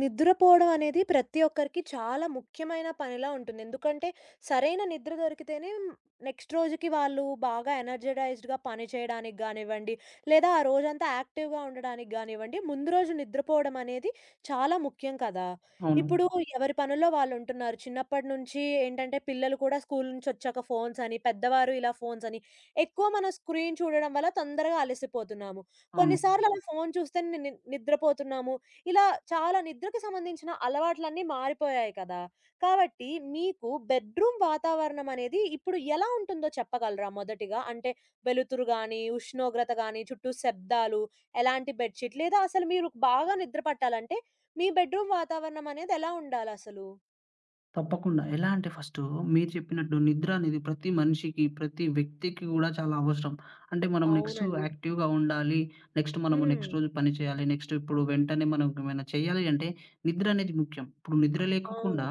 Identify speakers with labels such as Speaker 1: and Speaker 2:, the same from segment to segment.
Speaker 1: నిద్రపోవడం అనేది ప్రతి ఒక్కరికి చాలా ముఖ్యమైన పనిలా ఉంటుంది. ఎందుకంటే, సరైన నిద్ర దొరికితేనే నెక్స్ట్ రోజుకి వాళ్ళు బాగా ఎనర్జడైజ్డ్‌గా పని చేయడానికి గానివ్వండి, లేదా ఆ రోజంతా యాక్టివ్‌గా ఉండడానికి గానివ్వండి, ముందు రోజు నిద్రపోవడం అనేది చాలా ముఖ్యం కదా!
Speaker 2: అవును.
Speaker 1: ఇప్పుడు ఎవరి పనుల్లో వాళ్ళుంటున్నారు. చిన్నప్పటి నుంచి ఏంటంటే, పిల్లలు కూడా స్కూల్ నుంచొచ్చాక ఫోన్స్ అని, పెద్దవారు ఇలా ఫోన్స్ అని, ఎక్కువ మనం స్క్రీన్ చూడడం వల్ల తొందరగా అలసిపోతున్నాము.
Speaker 2: అవును.
Speaker 1: కొన్నిసార్లు అలా ఫోన్ చూస్తేనే ని ని- నిద్రపోతున్నాము. ఇలా చాలా నిద్రకు సంబంధించిన అలవాట్లన్నీ మారిపోయాయి కదా! కాబట్టి మీకు బెడ్‌రూమ్ వాతావరణం అనేది ఇప్పుడు ఎలా ఉంటుందో చెప్పగలరా మొదటిగా? అంటే వెలుతురు గాని, ఉష్ణోగ్రత గాని, చుట్టూ శబ్దాలు, ఎలాంటి బెడ్‌షీట్ లేదా అసలు మీరు బాగా నిద్ర పట్టాలంటే మీ బెడ్‌రూమ్ వాతావరణం అనేది ఎలా ఉండాలసలు?
Speaker 2: తప్పకుండా. ఎలా అంటే ఫస్టు మీరు చెప్పినట్టు నిద్ర అనేది ప్రతి మనిషికి, ప్రతి వ్యక్తికి గూడా చాలా అవసరం. అంటే మనం నెక్స్టు
Speaker 1: అవునండి.
Speaker 2: యాక్టివ్‌గా ఉండాలి. నెక్స్ట్ మనము
Speaker 1: హ్మ్.
Speaker 2: నెక్స్ట్ రోజు పని చేయాలి. నెక్స్ట్ ఇప్పుడు వెంటనే మనం ఏమైనా చేయాలి అంటే నిద్ర అనేది ముఖ్యం. ఇప్పుడు నిద్ర
Speaker 1: అవును.
Speaker 2: లేకోకుండా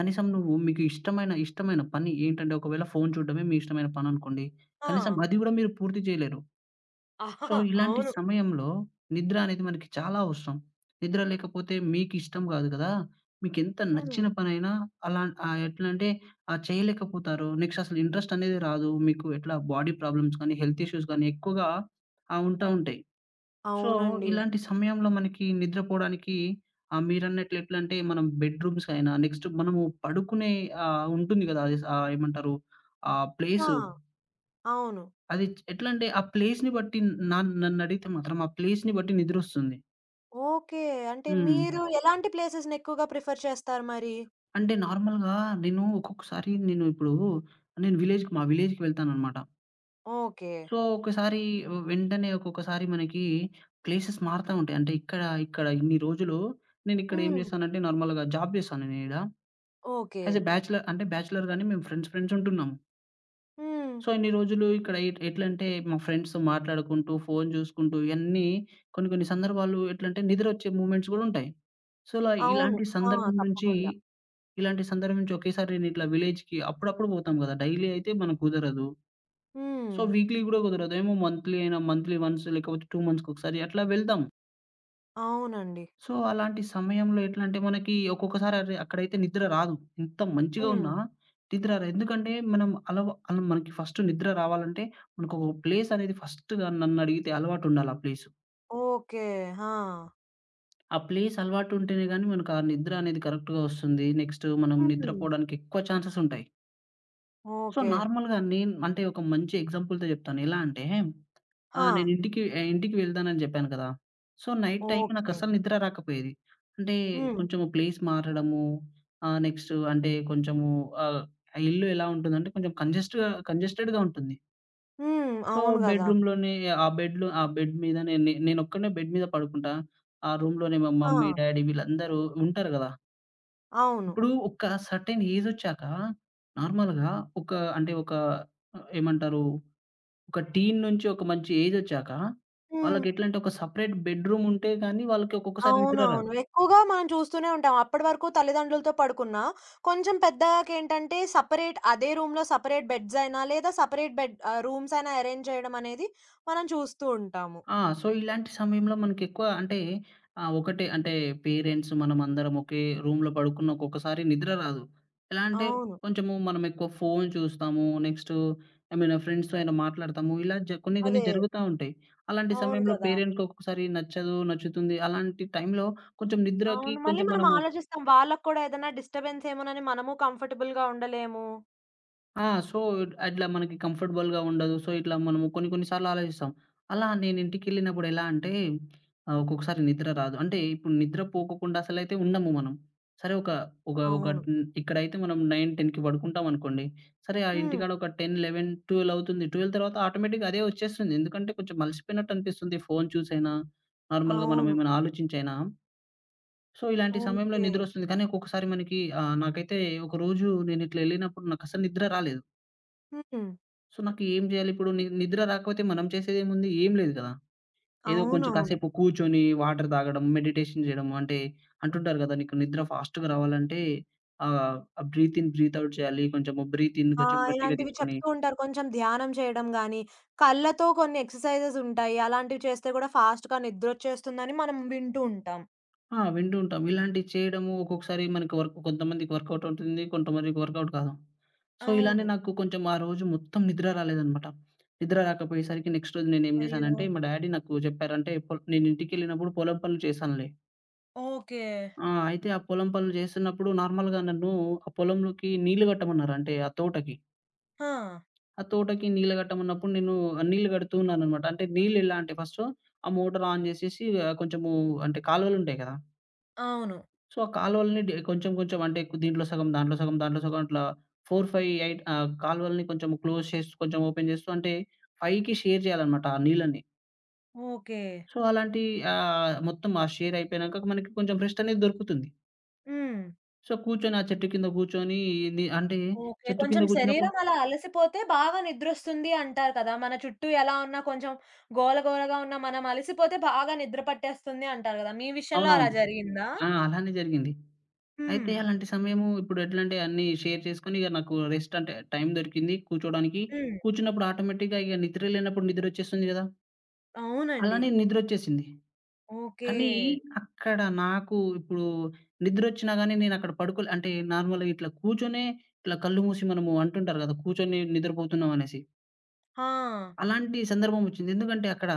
Speaker 2: కనీసం నువ్వు మీకు ఇష్టమైన, ఇష్టమైన పని ఏంటంటే ఒకవేళ ఫోను చూడడమే మీ ఇష్టమైన పననుకోండి.
Speaker 1: ఆ!
Speaker 2: కనీసం అది గూడా మీరు పూర్తి చేయలేరు.
Speaker 1: ఆహా,
Speaker 2: సో, ఇలాంటి
Speaker 1: అవును.
Speaker 2: సమయంలో నిద్ర అనేది మనకి చాలా అవసరం. నిద్ర లేకపోతే మీకిష్టం గాదు గదా! మీకెంత
Speaker 1: హ్మ్.
Speaker 2: నచ్చిన పనైనా అలా చేయలేకపోతారు. నెక్స్ట్ అసలు ఇంట్రెస్ట్ అనేది రాదు. మీకు ఎట్లా బాడీ ప్రాబ్లమ్స్ గానీ, హెల్త్ ఇష్యూస్ గానీ ఎక్కువగా ఆహ్, ఉంటా ఉంటాయి. సో,
Speaker 1: అవునండి.
Speaker 2: ఇలాంటి సమయంలో మనకి నిద్రపోవడానికి మీరన్నట్లు ఎట్లంటే మనం బెడ్ రూమ్స్ అయినా నెక్స్ట్ మనము పడుకునే ఉంటుంది గదా! అది ఏమంటారు ఆ
Speaker 1: ఆ!
Speaker 2: ప్లేసు
Speaker 1: అవును.
Speaker 2: అది ఎట్లంటే ఆ ప్లేస్‌ని బట్టి నా నన్నడిగితే మాత్రం ఆ ప్లేస్‌ని బట్టి నిద్రొస్తుంది.
Speaker 1: ఓకే. అంటే
Speaker 2: హ్మ్.
Speaker 1: మీరు ఎలాంటి ప్లేసెస్‌ని ఎక్కువగా ప్రిఫర్ చేస్తారు మరి?
Speaker 2: అంటే నార్మల్‌గా నేను ఒక్కొక్కసారి నేను ఇప్పుడు నేను మా విలేజ్‌కి వెళ్తాననమాట.
Speaker 1: ఓకే.
Speaker 2: సో, ఒక్కసారి వెంటనే ఒక్కొక్కసారి మనకి ప్లేసెస్ మారుతా ఉంటాయి. అంటే ఇక్కడ ఇన్ని రోజులు నేనిక్కడ ఏం
Speaker 1: హ్మ్.
Speaker 2: చేశానంటే నార్మల్‌గా జాబ్ చేశాను నేను ఈడ.
Speaker 1: ఓకే.
Speaker 2: యాస్ ఎ బ్యాచిలర్ అంటే బ్యాచిలర్‌గానే మేము ఫ్రెండ్స్ ఉంటున్నాం.
Speaker 1: హ్మ్.
Speaker 2: సో, ఇన్ని రోజులు ఇక్కడ ఎట్లంటే మా ఫ్రెండ్స్‌తో మాట్లాడుకుంటూ, ఫోను చూసుకుంటూ ఇయన్నీ కొన్ని కొన్ని సందర్భాలు ఎట్లంటే నిద్రొచ్చే మూమెంట్స్ గూడా ఉంటాయి. సో,
Speaker 1: అవును.
Speaker 2: ఇలాంటి
Speaker 1: ఆ!
Speaker 2: సందర్భం నుంచి
Speaker 1: తప్పకుండా.
Speaker 2: ఒకేసారి నేనిట్లా విలేజ్‌కి అప్పుడప్పుడు పోతాం గదా! డైలీ అయితే మనకు కుదరదు.
Speaker 1: హ్మ్.
Speaker 2: సో, వీక్లీ గూడా కుదరదు. ఏమో మంత్లీ వన్స్ లేకపోతే 2 మంత్స్‌కొకసారి అట్లా వెళ్తాం.
Speaker 1: అవునండి.
Speaker 2: సో, అలాంటి సమయంలో ఎట్లంటే మనకి ఒక్కొక్కసారి అరె అక్కడైతే నిద్ర రాదు. ఎంత మంచిగా
Speaker 1: హ్మ్.
Speaker 2: ఉన్నా నిద్ర రాదు. ఎందుకంటే మనం అలవా అల మనకి ఫస్ట్ నిద్ర రావాలంటే మనకొక ప్లేస్ అనేది ఫస్ట్‌గా నన్నడిగితే అలవాటుండాలి ఆ ప్లేసు.
Speaker 1: ఓకే. ఆ!
Speaker 2: ఆ ప్లేస్ అలవాటు ఉంటేనే గానీ మనకు ఆ నిద్ర అనేది కరెక్ట్‌గా వస్తుంది. నెక్స్ట్ మనం
Speaker 1: హుహు.
Speaker 2: నిద్రపోవడానికి ఎక్కువ ఛాన్సెస్ ఉంటాయి. So,
Speaker 1: okay.
Speaker 2: నార్మల్‌గా నేను అంటే ఒక మంచి ఎగ్జాంపుల్‌తో చెప్తాను. ఎలా అంటే ఆ!
Speaker 1: ఆ!
Speaker 2: ఇంటికి వెళ్తానని జెప్పాను కదా! So, night time
Speaker 1: okay.
Speaker 2: నాకసలు నిద్ర రాకపోయేది. అంటే
Speaker 1: హ్మ్.
Speaker 2: కొంచెము ప్లేస్ మారడము, నెక్స్టు అంటే ఆహ్, ఆ ఇల్లు ఎలా ఉంటుందంటే కొంచెం కంజెస్టెడ్‌గా ఉంటుంది.
Speaker 1: హ్మ్.
Speaker 2: సో,
Speaker 1: అవును గదా!
Speaker 2: బెడ్‌రూమ్‌లోనే ఆ బెడ్ మీద నేను నే నేనొక్కడినే బెడ్ మీద పడుకుంటా. ఆ రూమ్‌లోనే మా
Speaker 1: ఆ!
Speaker 2: మమ్మీ, డ్యాడీ వీళ్ళందరూ ఉంటారు గదా!
Speaker 1: అవును.
Speaker 2: ఇప్పుడు ఒక సర్టెన్ ఏజొచ్చాక నార్మల్‌గా ఒక ఒక ఏమంటారు? ఒక టీన్ నుంచి ఒక మంచి ఏజొచ్చాక,
Speaker 1: హ్మ్.
Speaker 2: వాళ్ళకెట్లంటే ఒక సెపరేట్ బెడ్‌రూమ్ ఉంటే గాని వాళ్ళకి ఒక్కొక్కసారి నిద్ర రాదు.
Speaker 1: అవునవును. ఎక్కువగా మనం చూస్తూనే ఉంటాం. అప్పటి వరకు తల్లిదండ్రులతో పడుకున్నా, కొంచెం పెద్దయ్యాకేంటంటే సెపరేట్ అదే రూమ్‌లో సెపరేట్ బెడ్స్ అయినా, లేదా సెపరేట్ బెడ్ రూమ్స్ అయినా అరేంజ్ చేయడం అనేది మనం చూస్తూ ఉంటాము.
Speaker 2: ఆ! సో, ఇలాంటి సమయంలో మనకెక్కువ అంటే ఆహ్, ఒకటే అంటే పేరెంట్స్ మనమందరం ఒకే రూమ్‌లో పడుకున్న ఒక్కొక్కసారి నిద్ర రాదు. ఎలా అంటే
Speaker 1: అవును.
Speaker 2: కొంచెము మనం ఎక్కువ ఫోను చూస్తాము. నెక్స్టు ఏమైనా ఫ్రెండ్స్‌తో అయినా మాట్లాడతాము. ఇలా కొన్ని కొన్ని
Speaker 1: అదే.
Speaker 2: జరుగుతా ఉంటాయి. అలాంటి
Speaker 1: అవును
Speaker 2: సమయంలో
Speaker 1: కదా!
Speaker 2: పేరెంట్‌కి ఒక్కొక్కసారి నచ్చదు, నచ్చుతుంది. అలాంటి టైంలో కొంచెం నిద్రకి
Speaker 1: అవును. మళ్ళీ
Speaker 2: కొంచెం
Speaker 1: మనం
Speaker 2: మనము
Speaker 1: ఆలోచిస్తాం. వాళ్ళకి కూడా ఏదైనా డిస్టర్బెన్స్ ఏమోనని మనము కంఫర్టబుల్‌గా ఉండలేము.
Speaker 2: ఆ! సో, అట్లా మనకి కంఫర్టబుల్‌గా ఉండదు. సో, ఇట్లా మనము కొన్ని కొన్ని సార్లు ఆలోచిస్తాం. అలా నేను ఇంటికెళ్ళినప్పుడు ఎలా అంటే ఒక్కొక్కసారి నిద్ర రాదు. అంటే ఇప్పుడు నిద్ర పోకోకుండా అసలైతే ఉండము మనం. సరే ఒక
Speaker 1: అవును.
Speaker 2: ఇక్కడైతే మనం 9, 10కి పడుకుంటామనుకోండి. సరే ఆ
Speaker 1: హ్మ్.
Speaker 2: ఇంటికాడ ఒక 10, 11, 12 అవుతుంది. 12 తర్వాత ఆటోమేటిక్‌గా అదే వచ్చేస్తుంది. ఎందుకంటే కొంచెం అలసిపోయినట్టు అనిపిస్తుంది. ఫోను చూసైనా, నార్మల్‌గా మనం
Speaker 1: అవును.
Speaker 2: ఏమైనా ఆలోచించైనా. సో, ఇలాంటి సమయంలో
Speaker 1: ఓకే.
Speaker 2: నిద్రొస్తుంది. కానీ ఒక్కొక్కసారి మనకి నాకైతే ఒకరోజు నేను ఇట్లా ఎళ్ళినప్పుడు నాకసలు నిద్ర రాలేదు.
Speaker 1: హ్మ్.
Speaker 2: సో, నాకు ఏం జేయాలి ఇప్పుడు? నిద్ర రాకపోతే మనం చేసేదేముంది? ఏం లేదు కదా! ఏదో కొంచెం
Speaker 1: అవునవును.
Speaker 2: కాసేపు కూర్చొని వాటర్ తాగడం, మెడిటేషన్ జేయడం అంటుంటారు గదా! నీకు నిద్ర ఫాస్ట్‌గా రావాలంటే ఆ బ్రీత్ ఇన్, బ్రీత్ ఔట్ చేయాలి. కొంచెము బ్రీత్ ఇన్
Speaker 1: ఆ!
Speaker 2: కొంచెం గట్టిగా
Speaker 1: ఇలాంటివి
Speaker 2: తీసుకొని
Speaker 1: చెప్తూ ఉంటారు. కొంచెం ధ్యానం చేయడం గాని, కళ్ళతో కొన్ని ఎక్సర్‌సైజెస్ ఉంటాయి. అలాంటివి చేస్తే కూడా ఫాస్ట్‌గా నిద్రొచ్చేస్తుందని మనం వింటూ ఉంటాం.
Speaker 2: ఆ! వింటూ ఉంటాం. ఇలాంటివి చేయడము ఒక్కొక్కసారి మనకి కొంతమందికి వర్కౌట్ అవుతుంది. కొంతమందికి వర్కౌట్ కాదు. సో, ఇలానే
Speaker 1: అవును.
Speaker 2: నాకు కొంచెం ఆ రోజు మొత్తం నిద్ర రాలేదనమాట. నిద్ర రాకపోయేసరికి నెక్స్ట్ రోజు నేనేం
Speaker 1: అయ్యో!
Speaker 2: జేశానంటే మా డ్యాడీ నాకు జెప్పారంటే, నేను ఇంటికెళ్ళినప్పుడు పొలం పనులు చేశానులే.
Speaker 1: ఓకే.
Speaker 2: ఆ! అయితే ఆ పొలం పనులు చేస్తున్నప్పుడు నార్మల్‌గా నన్ను ఆ పొలంలోకి నీళ్లు కట్టమన్నారు. అంటే ఆ తోటకి.
Speaker 1: ఆ!
Speaker 2: ఆ తోటకి నీళ్లు కట్టమన్నప్పుడు నేను నీళ్లు కడుతూ ఉన్నాననమాట. అంటే నీళ్లు ఎలా అంటే ఫస్టు ఆ మోటర్ ఆన్ చేసేసి ఆహ్, కొంచెము అంటే కాలువలుంటాయి కదా!
Speaker 1: అవును.
Speaker 2: సో, ఆ కాలువలని కొంచెం కొంచెం అంటే దీంట్లో సగం, దాంట్లో సగం, దాంట్లో సగం అట్లా 4, 5, 8 కాలువలని కొంచెం క్లోజ్ చేస్తూ, కొంచెం ఓపెన్ చేస్తూ అంటే 5కి షేర్ చేయాలనమాట ఆ నీళ్ళని.
Speaker 1: ఓకే.
Speaker 2: సో, అలాంటి మొత్తం ఆ షేర్ అయిపోయినాక మనకి కొంచెం రెస్ట్ అనేది దొరుకుతుంది.
Speaker 1: హ్మ్.
Speaker 2: సో, కూర్చొని ఇది అంటే
Speaker 1: ఓకే.
Speaker 2: చెట్టు కింద
Speaker 1: కొంచెం
Speaker 2: కూర్చున్నప్పుడు
Speaker 1: శరీరం అలా అలసిపోతే బాగా నిద్రొస్తుంది అంటారు కదా! మన చుట్టూ ఎలా ఉన్నా కొంచెం గోల గోలగా ఉన్నా మనం అలసిపోతే బాగా నిద్ర పట్టేస్తుంది అంటారు కదా! మీ విషయంలో అలా
Speaker 2: అవునవును.
Speaker 1: జరిగిందా?
Speaker 2: ఆ! అలానే జరిగింది. అయితే
Speaker 1: హ్మ్.
Speaker 2: అలాంటి సమయము ఇప్పుడు ఎట్లంటే అన్నీ షేర్ చేసుకొని ఇగ నాకు రెస్ట్ అంటే టైం దొరికింది కూర్చోడానికి.
Speaker 1: హ్మ్.
Speaker 2: కూర్చున్నప్పుడు ఆటోమేటిక్‌గా ఇగ నిద్ర లేనప్పుడు నిద్రొచ్చేస్తుంది గదా!
Speaker 1: అవునండి.
Speaker 2: అలానే నిద్రొచ్చేసింది.
Speaker 1: ఓకే.
Speaker 2: కానీ అక్కడ నాకు ఇప్పుడు నిద్రొచ్చినా గానీ నేనక్కడ పడుకోలే అంటే నార్మల్‌గా ఇట్లా కూర్చొనే ఇట్లా కళ్ళు మూసి మనము అంటుంటారు గదా! కూర్చొని నిద్రపోతున్నాం అనేసి.
Speaker 1: ఆ!
Speaker 2: అలాంటి సందర్భం వచ్చింది. ఎందుకంటే అక్కడ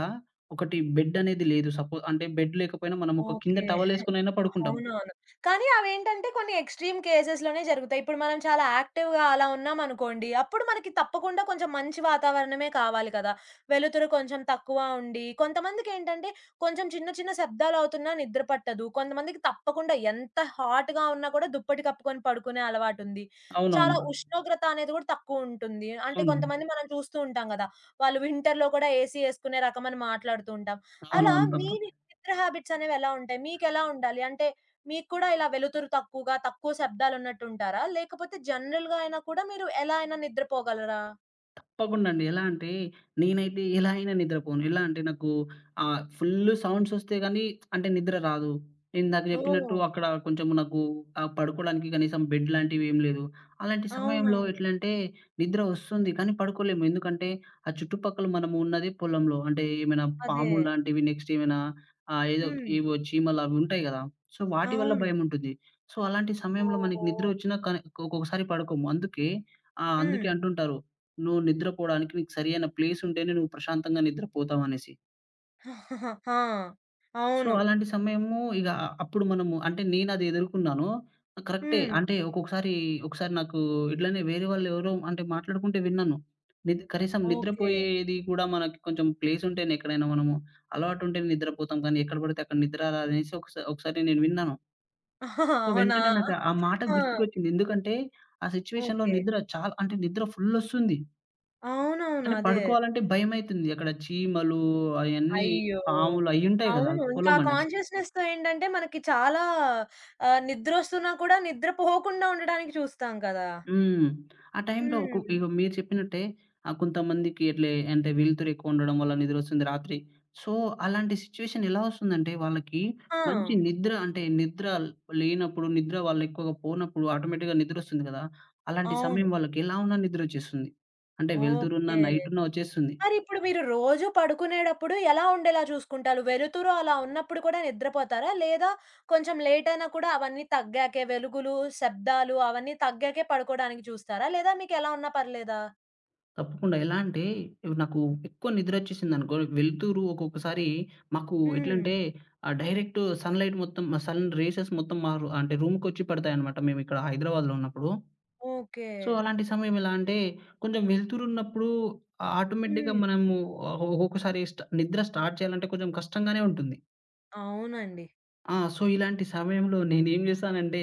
Speaker 2: ఒకటి బెడ్ అనేది లేదు. అంటే బెడ్ లేకపోయినా మనం ఒక కింద
Speaker 1: ఓకే.
Speaker 2: టవలేసుకొనైనా పడుకుంటాము.
Speaker 1: అవునవును. కానీ అవేంటంటే కొన్ని ఎక్స్‌ట్రీమ్ కేసెస్‌లోనే జరుగుతాయి. ఇప్పుడు మనం చాలా యాక్టివ్‌గా అలా ఉన్నామనుకోండి, అప్పుడు మనకి తప్పకుండా కొంచెం మంచి వాతావరణమే కావాలి కదా! వెలుతురు కొంచెం తక్కువ ఉండి, కొంతమందికేంటంటే కొంచెం చిన్న చిన్న శబ్దాలవుతున్నా నిద్ర పట్టదు. కొంతమందికి తప్పకుండా ఎంత హాట్‌గా ఉన్నా కూడా దుప్పటి కప్పుకొని పడుకునే అలవాటుంది. చాలా
Speaker 2: అవునవును.
Speaker 1: ఉష్ణోగ్రత అనేది కూడా తక్కువుంటుంది. అంటే
Speaker 2: అవును.
Speaker 1: కొంతమంది మనం చూస్తూ ఉంటాం గదా! వాళ్ళు వింటర్‌లో కూడా ఏసీ యేసుకునే రకమని మాట్లాడుతూ ఉంటాం. అలా
Speaker 2: అవునవును. తప్ప
Speaker 1: మీ నిద్ర హాబిట్స్ అనేవెలా ఉంటాయి? మీకెలా ఉండాలి? అంటే మీకు కూడా ఇలా వెలుతురు తక్కువగా, తక్కువ శబ్దాలున్నట్టుంటారా? లేకపోతే జనరల్‌గా అయినా కూడా మీరు ఎలా అయినా నిద్రపోగలరా?
Speaker 2: తప్పకుండా అండి. ఎలా అంటే నేనైతే ఎలా అయినా నిద్రపోను. ఎలా అంటే నాకు ఫుల్లు సౌండ్స్ వస్తే గానీ అంటే నిద్ర రాదు. నేనిందాక జెప్పినట్టు
Speaker 1: ఓహ్!
Speaker 2: అక్కడ కొంచెం నాకు పడుకోడానికి కనీసం బెడ్ లాంటివేం లేదు. అలాంటి సమయంలో
Speaker 1: అవునవును.
Speaker 2: ఎట్లంటే నిద్ర వస్తుంది కానీ పడుకోలేము. ఎందుకంటే ఆ చుట్టుపక్కల మనము ఉన్నది పొలంలో. అంటే ఏమైనా
Speaker 1: అదే.
Speaker 2: పాములు లాంటివి నెక్స్ట్ ఏమైనా ఆహ్, ఏదో
Speaker 1: హ్మ్.
Speaker 2: ఏవో చీమలు అవి ఉంటాయి గదా! సో వాటి వల్ల
Speaker 1: అవును.
Speaker 2: భయముంటుంది. సో అలాంటి సమయంలో మనకి
Speaker 1: ఓహో!
Speaker 2: నిద్ర వచ్చినా కానీ ఒక్కొక్కసారి పడుకోము. అందుకే
Speaker 1: హ్మ్.
Speaker 2: అంటుంటారు నువ్వు నిద్రపోడానికి నీకు సరియైన ప్లేస్ ఉంటేనే నువ్వు ప్రశాంతంగా నిద్రపోతావనేసి.
Speaker 1: ఆ!
Speaker 2: సో,
Speaker 1: అవును.
Speaker 2: అలాంటి సమయము ఇగ అప్పుడు మనము అంటే నేనది ఎదుర్కున్నాను. కరెక్టే.
Speaker 1: హ్మ్.
Speaker 2: అంటే ఒక్కొక్కసారి ఒకసారి నాకు ఇట్లనే వేరే వాళ్ళెవరో అంటే మాట్లాడుకుంటే విన్నాను. కనీసం
Speaker 1: ఓకే.
Speaker 2: నిద్రపోయేది కూడా మనకి కొంచెం ప్లేస్ ఉంటేనే ఎక్కడైనా మనము అలవాటు ఉంటేనే నిద్రపోతాం కానీ ఎక్కడ పడితే అక్కడ నిద్ర రాదనేసి ఒకసారి నేను విన్నాను. సో,
Speaker 1: అవునా?
Speaker 2: వెంటనే నాకు ఆ మాట
Speaker 1: ఆ!
Speaker 2: గుర్తుకొచ్చింది. ఎందుకంటే ఆ సిట్యుయేషన్‌లో
Speaker 1: ఓకే.
Speaker 2: నిద్ర చాలా అంటే నిద్ర ఫుల్లొస్తుంది.
Speaker 1: అవునవును.
Speaker 2: కానీ
Speaker 1: అదే.
Speaker 2: పడుకోవాలంటే భయమైతుంది. అక్కడ చీమలు అయన్నీ,
Speaker 1: అయ్యో!
Speaker 2: పాములు అయ్యుంటాయి గదా!
Speaker 1: అవును. ఇంకా
Speaker 2: పొలం
Speaker 1: ఆ
Speaker 2: అనేసి.
Speaker 1: కాన్షియస్‌నెస్‌తో ఏంటంటే మనకి చాలా నిద్రొస్తున్నా కూడా నిద్ర పోకుండా ఉండడానికి చూస్తాం కదా!
Speaker 2: హ్మ్. ఆ టైంలో ఒకొ
Speaker 1: హ్మ్.
Speaker 2: ఇగో మీరు చెప్పినట్టే కొంతమందికి ఇట్లే అంటే వెలుతురు ఎక్కువుండడం వల్ల నిద్రొస్తుంది రాత్రి. సో, అలాంటి సిట్యుయేషన్ ఎలా వస్తుందంటే వాళ్ళకి
Speaker 1: ఆ!
Speaker 2: మంచి నిద్ర అంటే నిద్ర లేనప్పుడు, నిద్ర వాళ్ళు ఎక్కువగా పోనప్పుడు ఆటోమేటిక్‌గా నిద్రొస్తుంది గదా! అలాంటి
Speaker 1: అవును.
Speaker 2: సమయం వాళ్ళకి ఎలా ఉన్నా నిద్రొచ్చేస్తుంది. అంటే వెలుతురున్నా,
Speaker 1: ఓకే.
Speaker 2: నైటున్నా వచ్చేస్తుంది.
Speaker 1: మరిప్పుడు మీరు రోజు పడుకునేటప్పుడు ఎలా ఉండేలా చూసుకుంటారు? వెలుతురు అలా ఉన్నప్పుడు కూడా నిద్రపోతారా? లేదా కొంచెం లేట్ అయినా కూడా అవన్నీ తగ్గాకే వెలుగులు, శబ్దాలు అవన్నీ తగ్గాకే పడుకోడానికి చూస్తారా? లేదా మీకెలా ఉన్నా పర్లేదా?
Speaker 2: తప్పకుండా. ఎలా అంటే ఇప్పుడు నాకు ఎక్కువ నిద్రొచ్చేసిందనుకో, వెలుతురు ఒక్కొక్కసారి మాకు
Speaker 1: హ్మ్.
Speaker 2: ఎట్లంటే డైరెక్ట్ సన్‌లైట్ మొత్తం సన్ రేసెస్ మొత్తం మా రు అంటే రూమ్‌కొచ్చి పడతాయనమాట మేమిక్కడ హైదరాబాద్‌లో ఉన్నప్పుడు.
Speaker 1: ఓకే.
Speaker 2: సో, అలాంటి సమయం ఎలా అంటే కొంచెం వెలుతురున్నప్పుడు ఆటోమేటిక్‌గా
Speaker 1: హ్మ్.
Speaker 2: మనము ఒక్కొక్కసారి నిద్ర స్టార్ట్ చేయాలంటే కొంచెం కష్టంగానే ఉంటుంది.
Speaker 1: అవునండి.
Speaker 2: ఆ! సో, ఇలాంటి సమయంలో నేనేం చేశానంటే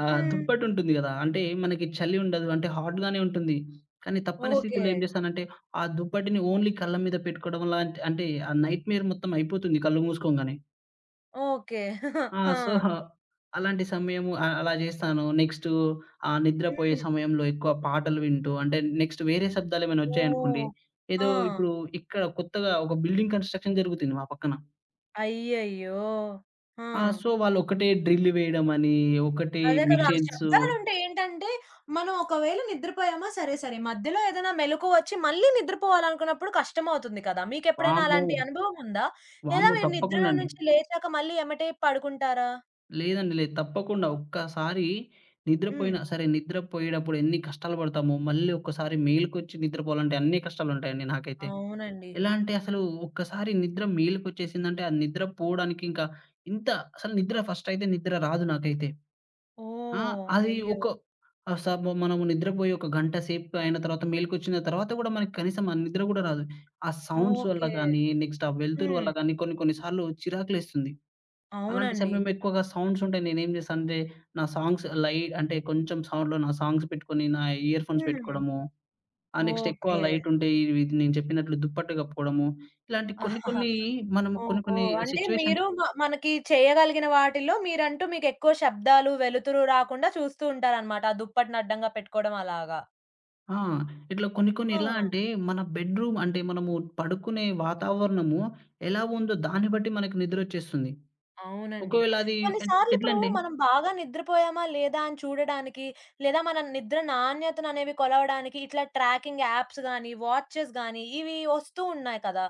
Speaker 1: హ్మ్.
Speaker 2: దుప్పటుంటుంది గదా! అంటే మనకి చలి ఉండదు. అంటే హాట్‌గానే ఉంటుంది. కానీ తప్పని
Speaker 1: ఓకే.
Speaker 2: స్థితిలో ఏం చేశానంటే ఆ దుప్పటిని ఓన్లీ కళ్ళ మీద పెట్టుకోవడం లాంటి అంటే ఆ నైట్‌మేర్ మొత్తం అయిపోతుంది కళ్ళు మూసుకోంగానే.
Speaker 1: ఓకే.
Speaker 2: ఆ!
Speaker 1: ఆ!
Speaker 2: సో, అలాంటి సమయము అలా చేస్తాను. నెక్స్టు నిద్రపోయే
Speaker 1: హ్మ్.
Speaker 2: సమయంలో ఎక్కువ పాటలు వింటూ అంటే నెక్స్ట్ వేరే శబ్దాలేమైనా వచ్చాయనుకోండి,
Speaker 1: ఓహ్!
Speaker 2: ఏదో
Speaker 1: ఆ!
Speaker 2: ఇప్పుడు ఇక్కడ కొత్తగా ఒక బిల్డింగ్ కన్‌స్ట్రక్షన్ జరుగుతుంది మా పక్కన.
Speaker 1: అయ్యయ్యో! ఆ!
Speaker 2: ఆ! సో, వాళ్ళొకటే డ్రిల్ వేయడమని, ఒకటే
Speaker 1: అదే కదా! ఆ
Speaker 2: మిషన్స్
Speaker 1: శబ్దాలుంటే ఏంటంటే, మనం ఒకవేళ నిద్రపోయామా సరే, సరే. మధ్యలో ఏదైనా మెలకువ వచ్చి మళ్ళీ నిద్రపోవాలనుకున్నప్పుడు కష్టమవుతుంది కదా! మీకెప్పుడైనా
Speaker 2: వామ్మో!
Speaker 1: అలాంటి అనుభవం ఉందా? లేదా
Speaker 2: వామ్మో!
Speaker 1: మీరు
Speaker 2: తప్పకుండా
Speaker 1: నిద్రలో
Speaker 2: అండి.
Speaker 1: నుంచి లేచాక మళ్ళీ ఎమ్మటే పడుకుంటారా?
Speaker 2: లేదండి లేదు. తప్పకుండా ఒక్కసారి
Speaker 1: హ్మ్.
Speaker 2: నిద్రపోయినా సరే, నిద్రపోయేటప్పుడు ఎన్ని కష్టాలు పడతామో, మళ్ళీ ఒక్కసారి మేలుకొచ్చి నిద్రపోవాలంటే అన్ని కష్టాలుంటాయండి నాకైతే.
Speaker 1: అవునండి.
Speaker 2: ఎలా అంటే అసలు ఒక్కసారి నిద్ర మేలుకొచ్చేసిందంటే, ఆ నిద్ర పోవడానికి ఇంకా ఇంత అసలు నిద్ర ఫస్టయితే నిద్ర రాదు నాకైతే. ఆ!
Speaker 1: ఓహ్!
Speaker 2: అది
Speaker 1: అయ్యో!
Speaker 2: ఒక ఆహ్, సబ్ మనము నిద్రపోయి ఒక గంట సేపు అయిన తర్వాత మేలుకొచ్చిన తర్వాత గూడా మనకి కనీసం ఆ నిద్ర గూడా రాదు. ఆ సౌండ్స్ వల్ల
Speaker 1: ఓకే.
Speaker 2: గానీ, నెక్స్ట్ ఆ వెలుతురు
Speaker 1: హ్మ్.
Speaker 2: వల్ల గానీ కొన్ని కొన్ని సార్లు చిరాకులేస్తుంది. అలాంటి
Speaker 1: అవునండి.
Speaker 2: సమయంలో ఎక్కువగా సౌండ్స్ ఉంటాయి. నేనేం చేస్తానంటే నా సాంగ్స్ లై అంటే కొంచెం సౌండ్‌లో నా సాంగ్స్ పెట్టుకొని, నా ఇయర్ ఫోన్స్
Speaker 1: హ్మ్.
Speaker 2: పెట్టుకోవడము, నెక్స్ట్ ఎక్కువ
Speaker 1: ఓకే.
Speaker 2: లైట్ ఉంటే ఇవి నేను చెప్పినట్లు దుప్పట్టు కప్పుకోవడము, ఇలాంటి కొన్ని కొన్ని మనము కొన్ని
Speaker 1: ఓహో!
Speaker 2: కొన్ని
Speaker 1: అంటే
Speaker 2: సిట్యుయేషన్స్
Speaker 1: మీరు మనకి చేయగలిగిన వాటిల్లో మీరంటూ మీకెక్కువ శబ్దాలు, వెలుతురు రాకుండా చూస్తూ ఉంటారనమాట. ఆ దుప్పటిని అడ్డంగా పెట్టుకోవడం అలాగా.
Speaker 2: ఆ! ఇట్లా కొన్ని కొన్ని
Speaker 1: ఆ!
Speaker 2: ఎలా అంటే మన బెడ్‌రూమ్ అంటే మనము పడుకునే వాతావరణము ఎలా ఉందో దాన్ని బట్టి మనకు నిద్రొచ్చేస్తుంది.
Speaker 1: అవునండి.
Speaker 2: ఒకవేళ అది
Speaker 1: కొన్ని
Speaker 2: ఎ
Speaker 1: సార్లిప్పుడు
Speaker 2: ఎట్లంటే
Speaker 1: మనం బాగా నిద్రపోయామా లేదా అని చూడడానికి, లేదా మన నిద్ర నాణ్యతననేవి కొలవడానికి ఇట్లా ట్రాకింగ్ యాప్స్ గానీ, వాచెస్ గానీ ఇవి వస్తూ ఉన్నాయి కదా!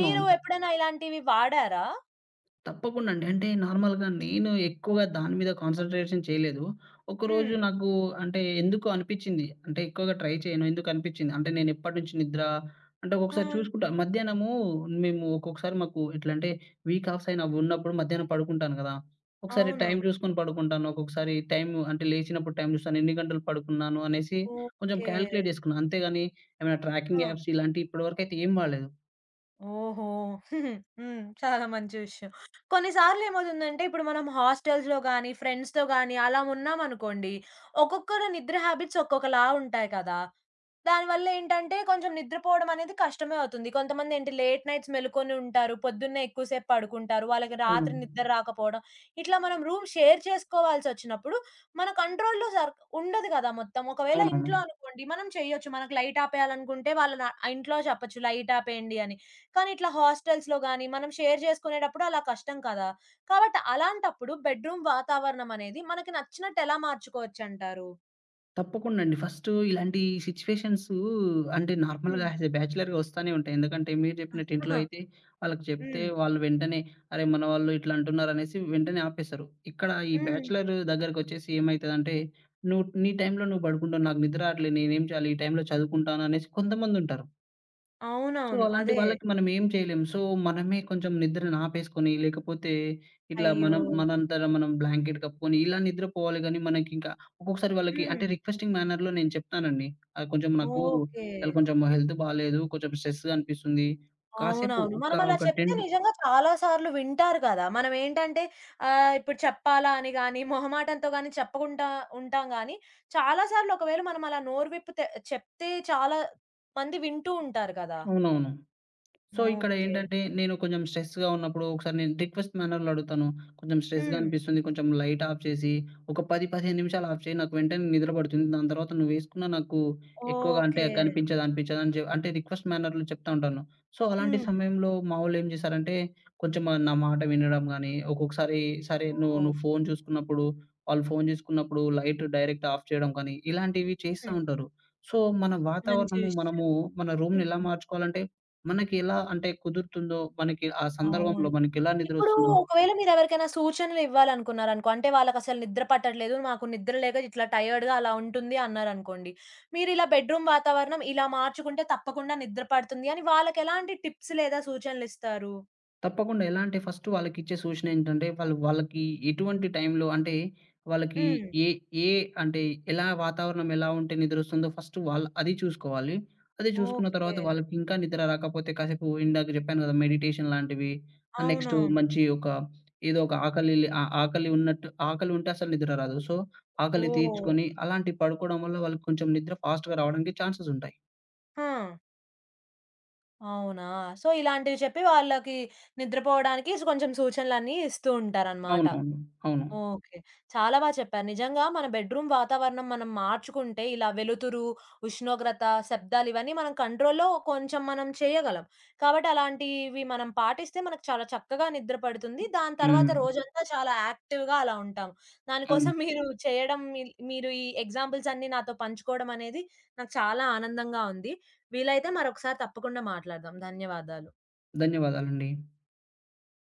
Speaker 1: మీరు ఎప్పుడైనా ఇలాంటివి వాడారా?
Speaker 2: తప్పకుండా అండి. అంటే నార్మల్‌గా నేను ఎక్కువగా దాని మీద కాన్సంట్రేషన్ చేయలేదు. ఒకరోజు
Speaker 1: హ్మ్.
Speaker 2: నాకు అంటే ఎందుకో అనిపిచ్చింది. అంటే ఎక్కువగా ట్రై చేయను. ఎందుకనిపిచ్చింది అంటే నేనెప్పటినుంచి నిద్ర అంటే
Speaker 1: ఆ!
Speaker 2: ఒక్కొక్కసారి చూసుకుంటా మధ్యాహ్నము మేము ఒక్కొక్కసారి మాకు ఎట్లంటే వీక్ ఆఫ్స్ అయిన ఉన్నప్పుడు మధ్యాహ్నం పడుకుంటాను కదా! ఒకసారి
Speaker 1: అవునా!
Speaker 2: టైం చూసుకొని పడుకుంటాను. ఒక్కొక్కసారి టైం అంటే లేచినప్పుడు టైం చూస్తాను. ఎన్ని గంటలు పడుకున్నాను అనేసి కొంచెం
Speaker 1: ఓకే.
Speaker 2: కాలిక్యులేట్ చేసుకున్నా. అంతేగాని ఏమైనా
Speaker 1: ఆ!
Speaker 2: ట్రాకింగ్ యాప్స్ ఇలాంటియి ఇప్పటి వరకైతే ఏం వాడలేదు.
Speaker 1: ఓహో! హ్మ్. చాలా మంచి విషయం. కొన్నిసార్లు ఏమవుతుందంటే, ఇప్పుడు మనం హాస్టల్స్‌లో గానీ, ఫ్రెండ్స్‌తో గానీ అలా ఉన్నామనుకోండి, ఒక్కొక్కరు నిద్ర హ్యాబిట్స్ ఒక్కొక్కలా ఉంటాయి కదా! దానివల్ల ఏంటంటే, కొంచెం నిద్రపోవడం అనేది కష్టమే అవుతుంది. కొంతమందేంటి లేట్ నైట్స్ మెలుకొని ఉంటారు. పొద్దున్నే ఎక్కువ సేపు పడుకుంటారు. వాళ్ళకి
Speaker 2: అవును.
Speaker 1: రాత్రి నిద్ర రాకపోవడం. ఇట్లా మనం రూమ్ షేర్ చేసుకోవాల్సొచ్చినప్పుడు, మన కంట్రోల్‌లో ఉండదు కదా మొత్తం. ఒకవేళ
Speaker 2: అవునవును.
Speaker 1: ఇంట్లో అనుకోండి, మనం చేయొచ్చు. మనకు లైట్ ఆపేయాలనుకుంటే, వాళ్ళ నా ఇంట్లో చెప్పొచ్చు లైట్ ఆపేయండి అని. కానీ ఇట్లా హాస్టల్స్‌లో గాని, మనం షేర్ చేసుకునేటప్పుడు అలా కష్టం కదా! కాబట్టి అలాంటప్పుడు బెడ్‌రూమ్ వాతావరణం అనేది మనకి నచ్చినట్టు ఎలా మార్చుకోవచ్చంటారు?
Speaker 2: తప్పకుండా అండి. ఫస్టు ఇలాంటి సిట్యుయేషన్స్ అంటే నార్మల్‌గా
Speaker 1: హ్మ్.
Speaker 2: యాస్ ఎ బ్యాచిలర్‌గా వస్తానే ఉంటాయి. ఎందుకంటే మీరు చెప్పినట్టు ఇంట్లో
Speaker 1: ఆహా!
Speaker 2: అయితే వాళ్ళకి చెప్తే
Speaker 1: హ్మ్.
Speaker 2: వాళ్ళు వెంటనే అరే! మన వాళ్ళు ఇట్లా అంటున్నారు అనేసి వెంటనే ఆపేస్తారు. ఇక్కడ ఈ
Speaker 1: హ్మ్.
Speaker 2: బ్యాచిలర్ దగ్గరకొచ్చేసి ఏమైతదంటే, నువ్వు నీ టైంలో నువ్వు పడుకుంటావు. నాకు నిద్ర రాట్లే నేనేం చేయాలి? ఈ టైంలో చదువుకుంటాను అనేసి కొంతమందుంటారు. సో,
Speaker 1: అవునవును.
Speaker 2: అలాంటి
Speaker 1: అదే.
Speaker 2: వాళ్ళకి మనం ఏం చేయలేం. సో, మనమే కొంచెం నిద్రని ఆపేసుకొని, లేకపోతే ఇట్లా
Speaker 1: అయ్యో!
Speaker 2: మనం మనంతట మనం బ్లాంకెట్ కప్పుకొని, ఇలా నిద్రపోవాలి గానీ, మనకింకా ఒక్కొక్కసారి వాళ్ళకి
Speaker 1: హ్మ్.
Speaker 2: అంటే రిక్వెస్టింగ్ మేనర్‌లో నేను చెప్తానండి. కొంచెం నాకు
Speaker 1: ఓకే.
Speaker 2: ఇయాల కొంచెం హెల్త్ బాలేదు. కొంచెం స్ట్రెస్‌గా అనిపిస్తుంది. కాసేపు
Speaker 1: అవునవును.
Speaker 2: ఒక
Speaker 1: మనం అలా
Speaker 2: ఒక 10
Speaker 1: చెప్తే నిజంగా చాలా సార్లు వింటారు కదా! మనం ఏంటంటే ఇప్పుడు చెప్పాలా అని గాని, మొహమాటంతో గాని చెప్పకుండా ఉంటాం గానీ, చాలా సార్లు ఒకవేళ మనం అలా నోరు విప్పితే చెప్తే చాలా మంది వింటూ ఉంటారు కదా!
Speaker 2: అవునవును. సో, ఇక్కడ
Speaker 1: ఓకే.
Speaker 2: ఏంటంటే నేను కొంచెం స్ట్రెస్‌గా ఉన్నప్పుడు ఒకసారి నేను రిక్వెస్ట్ మేనర్‌లో అడుగుతాను. కొంచెం స్ట్రెస్‌గా
Speaker 1: హ్మ్.
Speaker 2: అనిపిస్తుంది. కొంచెం లైట్ ఆఫ్ చేసి ఒక 10, 15 నిమిషాలు ఆఫ్ చేయి. నాకు వెంటనే నిద్ర పడుతుంది. దాని తర్వాత నువ్వేసుకున్న నాకు ఎక్కువగా అంటే
Speaker 1: ఓకే.
Speaker 2: కనిపించదు, అనిపించదు అని చె అంటే రిక్వెస్ట్ మేనర్‌లో చెప్తా ఉంటాను. సో, అలాంటి
Speaker 1: హ్మ్.
Speaker 2: సమయంలో మావోళ్ళేం చేశారంటే కొంచెం ఆ నా మాట వినడం గానీ, ఒక్కొక్కసారి సరే నువ్వు
Speaker 1: ఓహ్!
Speaker 2: నువ్వు ఫోను చూసుకున్నప్పుడు వాళ్ళు ఫోను చూసుకున్నప్పుడు లైట్ డైరెక్ట్ ఆఫ్ చేయడం కానీ, ఇలాంటివి చేస్తా
Speaker 1: హ్మ్.
Speaker 2: ఉంటారు. సో, మన
Speaker 1: మంచి
Speaker 2: వాతావరణము
Speaker 1: విషయం.
Speaker 2: మనము మన రూమ్‌ని ఎలా
Speaker 1: హుహు.
Speaker 2: మార్చుకోవాలంటే మనకి ఎలా అంటే కుదురుతుందో, మనకి ఆ సందర్భంలో
Speaker 1: అవును.
Speaker 2: మనకెలా
Speaker 1: ఇప్పుడు
Speaker 2: నిద్రొస్తుందో,
Speaker 1: ఒకవేళ మీరెవరికైనా సూచనలివ్వాలనుకున్నారనుకో, అంటే వాళ్ళకసలు నిద్ర పట్టట్లేదు, నాకు నిద్ర లేక ఇట్లా టయర్డ్‌గా అలా ఉంటుంది అన్నారనుకోండి. మీరిలా బెడ్‌రూమ్ వాతావరణం ఇలా మార్చుకుంటే తప్పకుండా నిద్ర పడుతుంది అని వాళ్ళకెలాంటి టిప్స్ లేదా సూచనలిస్తారు?
Speaker 2: తప్పకుండా ఎలా అంటే ఫస్ట్ వాళ్ళకిచ్చే సూచన ఏంటంటే, వాళ్ళు వాళ్ళకి ఎటువంటి టైంలో అంటే, వాళ్ళకి
Speaker 1: హ్మ్.
Speaker 2: ఏ ఏ అంటే ఎలా వాతావరణం ఎలా ఉంటే నిద్రొస్తుందో ఫస్ట్ వాళ్ళు అది చూసుకోవాలి. అది చూసుకున్న
Speaker 1: ఓకే.
Speaker 2: తర్వాత వాళ్ళకింకా నిద్ర రాకపోతే కాసేపు ఇందాక జెప్పాను గదా! మెడిటేషన్ లాంటివి, నెక్స్ట్
Speaker 1: అవునవును.
Speaker 2: మంచి ఒక ఏదో ఒక ఆకలి లే ఆహ్, ఆకలి ఉన్నట్టు ఆకలి ఉంటే అసలు నిద్ర రాదు. సో, ఆకలి
Speaker 1: ఓహ్!
Speaker 2: తీర్చుకొని అలాంటివి పడుకోవడం వల్ల వాళ్ళకి కొంచెం నిద్ర ఫాస్ట్‌గా రావడానికి ఛాన్సెస్ ఉంటాయి.
Speaker 1: ఆ! అవునా! సో, ఇలాంటివి చెప్పి వాళ్ళకి నిద్రపోవడానికి కొంచెం సూచనలన్నీ ఇస్తూ ఉంటారనమాట.
Speaker 2: అవునవును. అవును.
Speaker 1: ఓకే. చాలా బా చెప్పారు. నిజంగా మన బెడ్‌రూమ్ వాతావరణం మనం మార్చుకుంటే ఇలా వెలుతురు, ఉష్ణోగ్రత, శబ్దాలు ఇవన్నీ మనం కంట్రోల్‌లో కొంచెం మనం చేయగలం. కాబట్టి అలాంటివి మనం పాటిస్తే మనకు చాలా చక్కగా నిద్ర పడుతుంది. దాని తర్వాత
Speaker 2: హ్మ్.
Speaker 1: రోజంతా చాలా యాక్టివ్‌గా అలా ఉంటాం.
Speaker 2: అవును.
Speaker 1: దానికోసం మీరు చేయడం మీరు ఈ ఎగ్జాంపుల్స్ అన్నీ నాతో పంచుకోవడం అనేది నాకు చాలా ఆనందంగా ఉంది. వీలైతే మరొకసారి తప్పకుండా మాట్లాడదాం. ధన్యవాదాలు.
Speaker 2: ధన్యవాదాలండి.